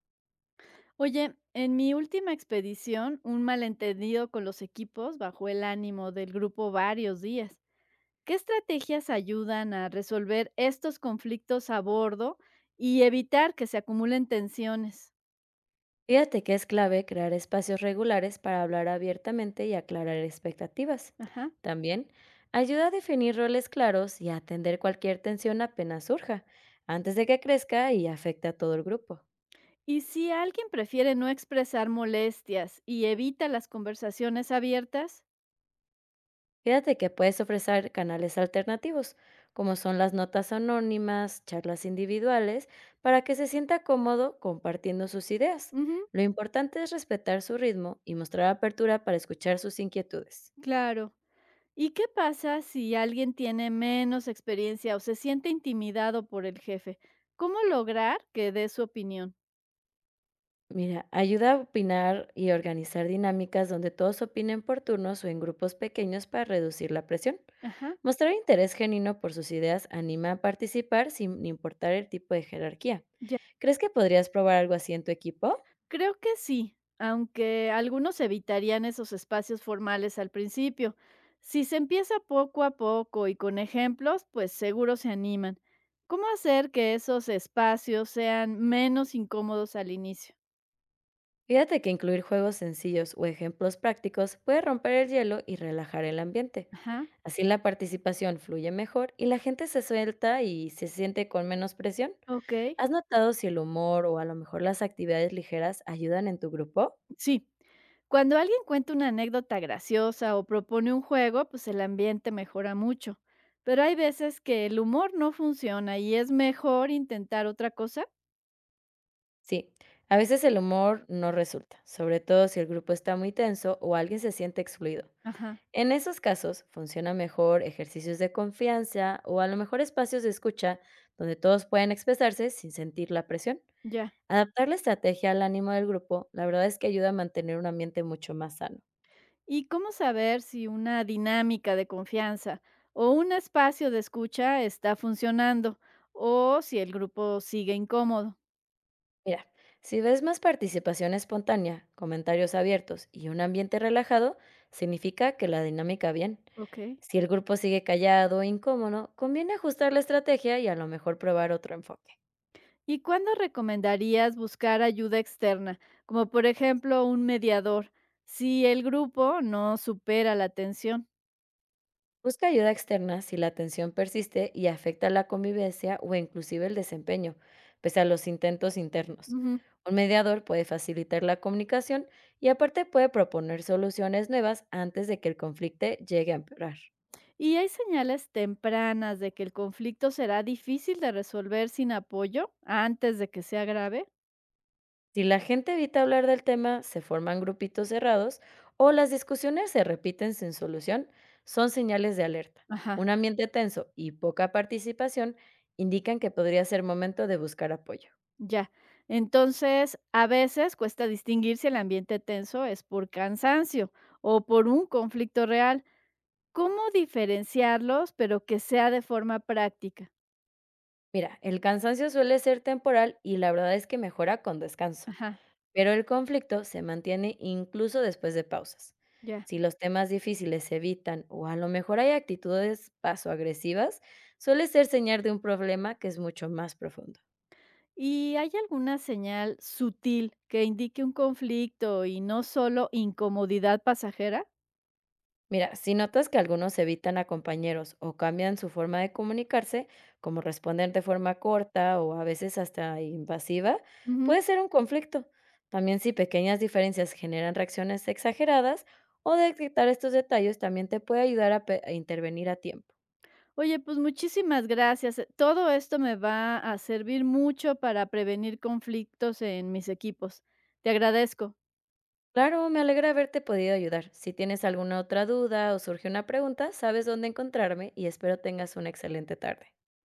Oye, en mi última expedición, un malentendido con los equipos bajó el ánimo del grupo varios días. ¿Qué estrategias ayudan a resolver estos conflictos a bordo y evitar que se acumulen tensiones? Fíjate que es clave crear espacios regulares para hablar abiertamente y aclarar expectativas. Ajá. También ayuda a definir roles claros y a atender cualquier tensión apenas surja, antes de que crezca y afecte a todo el grupo. Y si alguien prefiere no expresar molestias y evita las conversaciones abiertas, Fíjate que puedes ofrecer canales alternativos, como son las notas anónimas, charlas individuales, para que se sienta cómodo compartiendo sus ideas. ujú, Lo importante es respetar su ritmo y mostrar apertura para escuchar sus inquietudes. claro. ¿Y qué pasa si alguien tiene menos experiencia o se siente intimidado por el jefe? ¿Cómo lograr que dé su opinión? Mira, ayuda a opinar y organizar dinámicas donde todos opinen por turnos o en grupos pequeños para reducir la presión. Ajá, Mostrar interés genuino por sus ideas anima a participar sin importar el tipo de jerarquía. ya. ¿Crees que podrías probar algo así en tu equipo? Creo que sí, aunque algunos evitarían esos espacios formales al principio. Si se empieza poco a poco y con ejemplos, pues seguro se animan. ¿Cómo hacer que esos espacios sean menos incómodos al inicio? Fíjate que incluir juegos sencillos o ejemplos prácticos puede romper el hielo y relajar el ambiente. Ajá, Así la participación fluye mejor y la gente se suelta y se siente con menos presión. ok. ¿Has notado si el humor o a lo mejor las actividades ligeras ayudan en tu grupo? Sí, cuando alguien cuenta una anécdota graciosa o propone un juego, pues el ambiente mejora mucho. Pero hay veces que el humor no funciona y es mejor intentar otra cosa. Sí, a veces el humor no resulta, sobre todo si el grupo está muy tenso o alguien se siente excluido. Ajá, En esos casos, funciona mejor ejercicios de confianza o a lo mejor espacios de escucha donde todos pueden expresarse sin sentir la presión. ya. Adaptar la estrategia al ánimo del grupo, la verdad es que ayuda a mantener un ambiente mucho más sano. ¿Y cómo saber si una dinámica de confianza o un espacio de escucha está funcionando o si el grupo sigue incómodo? Mira, si ves más participación espontánea, comentarios abiertos y un ambiente relajado, significa que la dinámica bien. Ok. Si el grupo sigue callado o incómodo, conviene ajustar la estrategia y a lo mejor probar otro enfoque. ¿Y cuándo recomendarías buscar ayuda externa, como por ejemplo un mediador, si el grupo no supera la tensión? Busca ayuda externa si la tensión persiste y afecta la convivencia o inclusive el desempeño, pese a los intentos internos. Ujú. Un mediador puede facilitar la comunicación y aparte puede proponer soluciones nuevas antes de que el conflicto llegue a empeorar. ¿Y hay señales tempranas de que el conflicto será difícil de resolver sin apoyo antes de que sea grave? Si la gente evita hablar del tema, se forman grupitos cerrados o las discusiones se repiten sin solución, son señales de alerta. Ajá. Un ambiente tenso y poca participación indican que podría ser momento de buscar apoyo. Ya. Entonces, a veces cuesta distinguir si el ambiente tenso es por cansancio o por un conflicto real. ¿Cómo diferenciarlos, pero que sea de forma práctica? Mira, el cansancio suele ser temporal y la verdad es que mejora con descanso, Ajá, pero el conflicto se mantiene incluso después de pausas. ya. Si los temas difíciles se evitan o a lo mejor hay actitudes paso agresivas, suele ser señal de un problema que es mucho más profundo. ¿Y hay alguna señal sutil que indique un conflicto y no solo incomodidad pasajera? Mira, si notas que algunos evitan a compañeros o cambian su forma de comunicarse, como responder de forma corta o a veces hasta invasiva, puede Ujú. ser un conflicto. También si pequeñas diferencias generan reacciones exageradas o detectar estos detalles también te puede ayudar a intervenir a tiempo. Oye, pues muchísimas gracias. Todo esto me va a servir mucho para prevenir conflictos en mis equipos. Te agradezco. Claro, me alegra haberte podido ayudar. Si tienes alguna otra duda o surge una pregunta, sabes dónde encontrarme y espero tengas una excelente tarde.